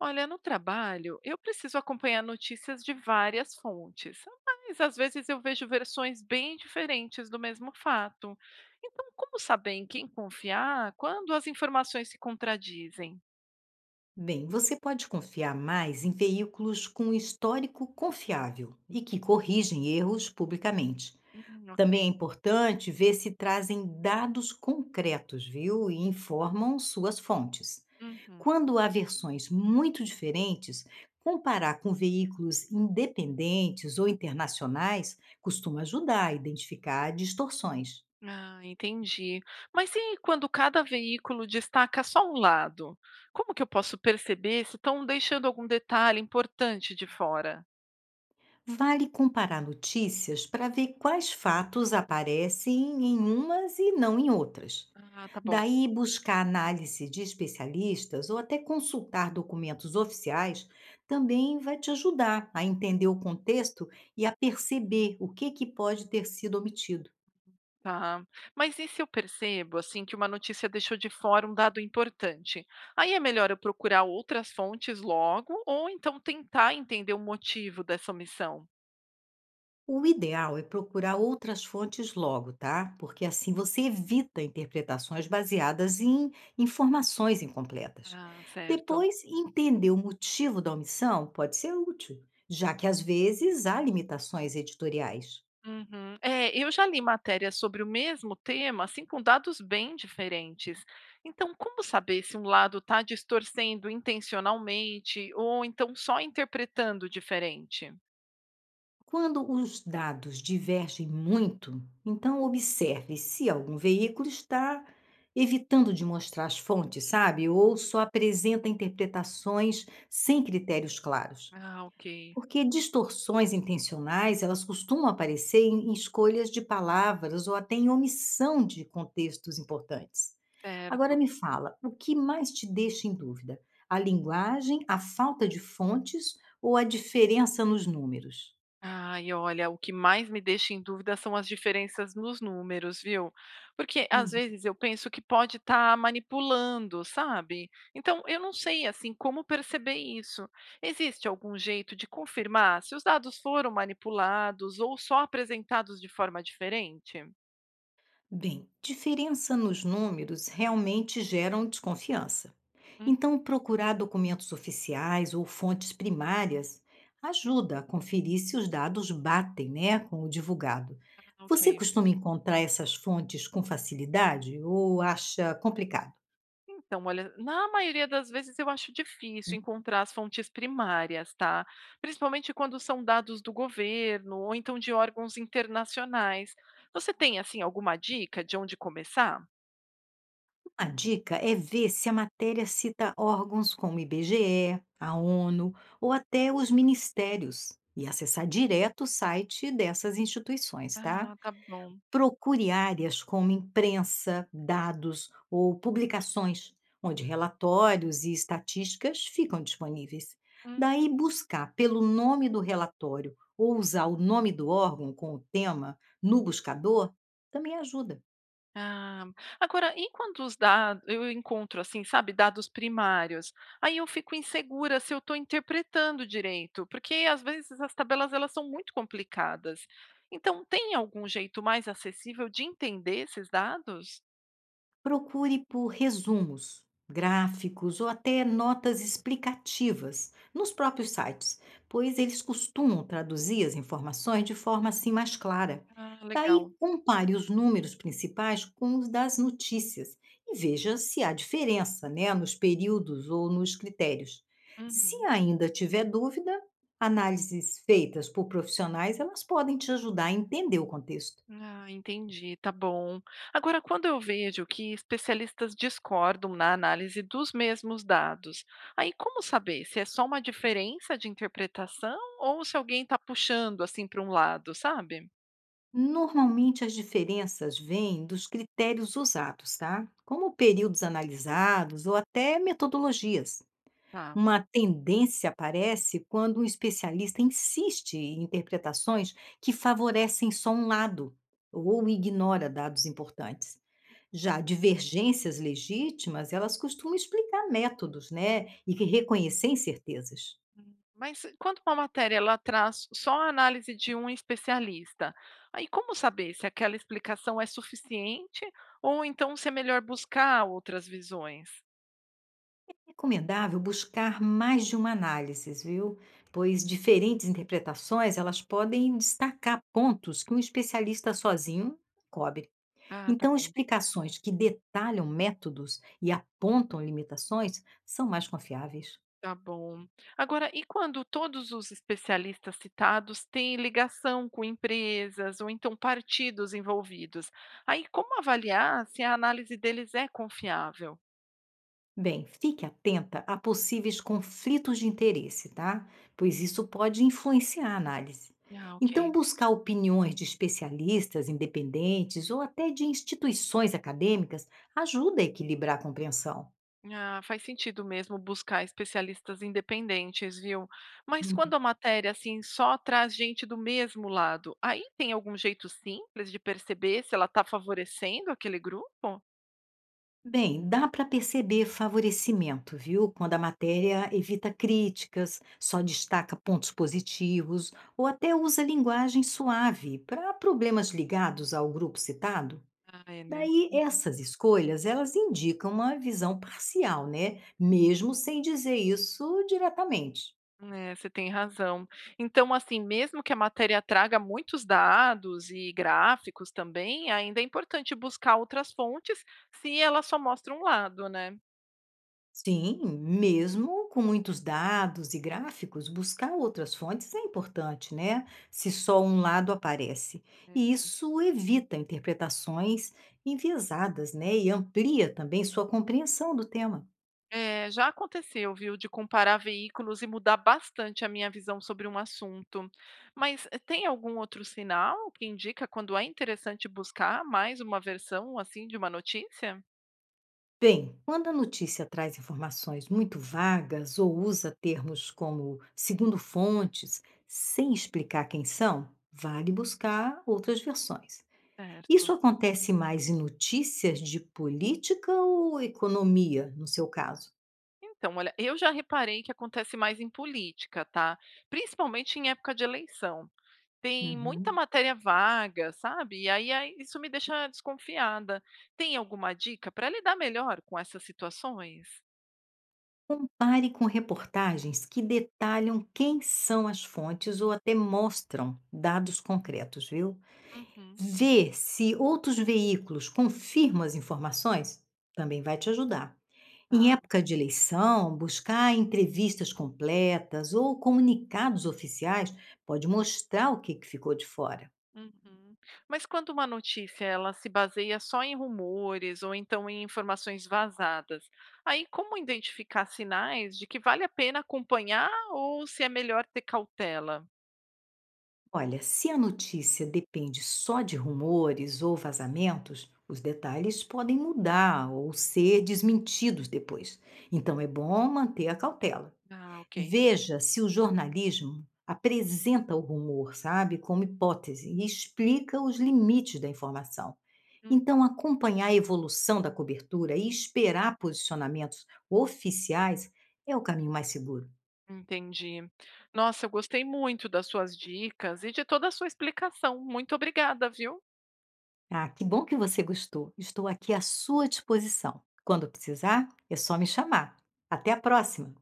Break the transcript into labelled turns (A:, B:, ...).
A: Olha, no trabalho, eu preciso acompanhar notícias de várias fontes, mas às vezes eu vejo versões bem diferentes do mesmo fato. Então, como saber em quem confiar quando as informações se contradizem?
B: Bem, você pode confiar mais em veículos com histórico confiável e que corrigem erros publicamente.
A: Ok.
B: Também é importante ver se trazem dados concretos, viu? E informam suas fontes.
A: Uhum.
B: Quando há versões muito diferentes, comparar com veículos independentes ou internacionais costuma ajudar a identificar distorções.
A: Ah, entendi. Mas e quando cada veículo destaca só um lado? Como que eu posso perceber se estão deixando algum detalhe importante de fora?
B: Vale comparar notícias para ver quais fatos aparecem em umas e não em outras.
A: Ah, tá bom.
B: Daí, buscar análise de especialistas ou até consultar documentos oficiais também vai te ajudar a entender o contexto e a perceber o que, que pode ter sido omitido.
A: Tá. Mas e se eu percebo, assim, que uma notícia deixou de fora um dado importante? Aí é melhor eu procurar outras fontes logo, ou então tentar entender o motivo dessa omissão.
B: O ideal é procurar outras fontes logo, tá? Porque assim você evita interpretações baseadas em informações incompletas.
A: Ah, certo.
B: Depois, entender o motivo da omissão pode ser útil, já que às vezes há limitações editoriais.
A: Uhum. É, eu já li matérias sobre o mesmo tema, assim, com dados bem diferentes. Então, como saber se um lado está distorcendo intencionalmente ou então só interpretando diferente?
B: Quando os dados divergem muito, então observe se algum veículo está evitando de mostrar as fontes, sabe? Ou só apresenta interpretações sem critérios claros.
A: Ah, ok,
B: Porque distorções intencionais, elas costumam aparecer em escolhas de palavras ou até em omissão de contextos importantes. Agora
A: certo.
B: me fala, o que mais te deixa em dúvida? A linguagem, a falta de fontes ou a diferença nos números?
A: Ai, olha, o que mais me deixa em dúvida são as diferenças nos números, viu? Porque às vezes eu penso que pode estar manipulando, sabe? Então eu não sei assim como perceber isso. Existe algum jeito de confirmar se os dados foram manipulados ou só apresentados de forma diferente?
B: Bem, diferença nos números realmente geram desconfiança.
A: Hum,
B: Então, procurar documentos oficiais ou fontes primárias ajuda a conferir se os dados batem, né, com o divulgado. Você
A: ok.
B: costuma encontrar essas fontes com facilidade ou acha complicado?
A: Então, olha, na maioria das vezes eu acho difícil encontrar as fontes primárias, tá? Principalmente quando são dados do governo ou então de órgãos internacionais. Você tem, assim, alguma dica de onde começar?
B: Uma dica é ver se a matéria cita órgãos como o IBGE, a ONU ou até os ministérios e acessar direto o site dessas instituições, tá?
A: Ah, tá bom.
B: Procure áreas como imprensa, dados ou publicações, onde relatórios e estatísticas ficam disponíveis. Daí, buscar pelo nome do relatório ou usar o nome do órgão com o tema no buscador também ajuda.
A: Ah, agora, e quando os dados eu encontro assim, sabe, dados primários, aí eu fico insegura se eu estou interpretando direito, porque às vezes as tabelas elas são muito complicadas. Então, tem algum jeito mais acessível de entender esses dados?
B: Procure por resumos, gráficos ou até notas explicativas nos próprios sites, pois eles costumam traduzir as informações de forma assim mais clara.
A: Ah,
B: Daí,
A: legal.
B: compare os números principais com os das notícias e veja se há diferença, né, nos períodos ou nos critérios. Se
A: Uhum.
B: ainda tiver dúvida, análises feitas por profissionais elas podem te ajudar a entender o contexto.
A: Ah, entendi, tá bom. Agora, quando eu vejo que especialistas discordam na análise dos mesmos dados, aí como saber se é só uma diferença de interpretação ou se alguém está puxando assim para um lado, sabe?
B: Normalmente, as diferenças vêm dos critérios usados, tá? Como períodos analisados ou até metodologias.
A: Tá.
B: Uma tendência aparece quando um especialista insiste em interpretações que favorecem só um lado ou ignora dados importantes. Já divergências legítimas, elas costumam explicar métodos, né? E que reconhecer incertezas.
A: Mas quando uma matéria ela traz só a análise de um especialista, aí como saber se aquela explicação é suficiente ou então se é melhor buscar outras visões?
B: Recomendável buscar mais de uma análise, viu? Pois diferentes interpretações elas podem destacar pontos que um especialista sozinho cobre.
A: Ah, tá
B: Então,
A: bom.
B: explicações que detalham métodos e apontam limitações são mais confiáveis.
A: Tá bom. Agora, e quando todos os especialistas citados têm ligação com empresas ou então partidos envolvidos? Aí, como avaliar se a análise deles é confiável?
B: Bem, fique atenta a possíveis conflitos de interesse, tá? Pois isso pode influenciar a análise.
A: Ah, ok.
B: Então, buscar opiniões de especialistas independentes ou até de instituições acadêmicas ajuda a equilibrar a compreensão.
A: Ah, faz sentido mesmo buscar especialistas independentes, viu? Mas quando
B: Uhum.
A: a matéria assim só traz gente do mesmo lado, aí tem algum jeito simples de perceber se ela está favorecendo aquele grupo?
B: Bem, dá para perceber favorecimento, viu? Quando a matéria evita críticas, só destaca pontos positivos ou até usa linguagem suave para problemas ligados ao grupo citado.
A: Ah, é, né?
B: Daí essas escolhas, elas indicam uma visão parcial, né, mesmo sem dizer isso diretamente.
A: É, você tem razão. Então, assim, mesmo que a matéria traga muitos dados e gráficos também, ainda é importante buscar outras fontes se ela só mostra um lado, né?
B: Sim, mesmo com muitos dados e gráficos, buscar outras fontes é importante, né? Se só um lado aparece. E isso evita interpretações enviesadas, né? E amplia também sua compreensão do tema.
A: É, já aconteceu, viu, de comparar veículos e mudar bastante a minha visão sobre um assunto. Mas tem algum outro sinal que indica quando é interessante buscar mais uma versão assim de uma notícia?
B: Bem, quando a notícia traz informações muito vagas ou usa termos como segundo fontes, sem explicar quem são, vale buscar outras versões. Isso
A: Certo.
B: acontece mais em notícias de política ou economia, no seu caso?
A: Então, olha, eu já reparei que acontece mais em política, tá? Principalmente em época de eleição. Tem muita
B: Uhum.
A: matéria vaga, sabe? E aí isso me deixa desconfiada. Tem alguma dica para lidar melhor com essas situações?
B: Compare com reportagens que detalham quem são as fontes ou até mostram dados concretos, viu?
A: Uhum,
B: Ver se outros veículos confirmam as informações também vai te ajudar. Em
A: tá.
B: época de eleição, buscar entrevistas completas ou comunicados oficiais pode mostrar o que que ficou de fora.
A: Uhum. Mas quando uma notícia ela se baseia só em rumores ou então em informações vazadas, aí como identificar sinais de que vale a pena acompanhar ou se é melhor ter cautela?
B: Olha, se a notícia depende só de rumores ou vazamentos, os detalhes podem mudar ou ser desmentidos depois. Então é bom manter a cautela.
A: Ah, ok.
B: Veja se o jornalismo apresenta o rumor, sabe, como hipótese e explica os limites da informação. Então, acompanhar a evolução da cobertura e esperar posicionamentos oficiais é o caminho mais seguro.
A: Entendi. Nossa, eu gostei muito das suas dicas e de toda a sua explicação. Muito obrigada, viu?
B: Ah, que bom que você gostou. Estou aqui à sua disposição. Quando precisar, é só me chamar. Até a próxima!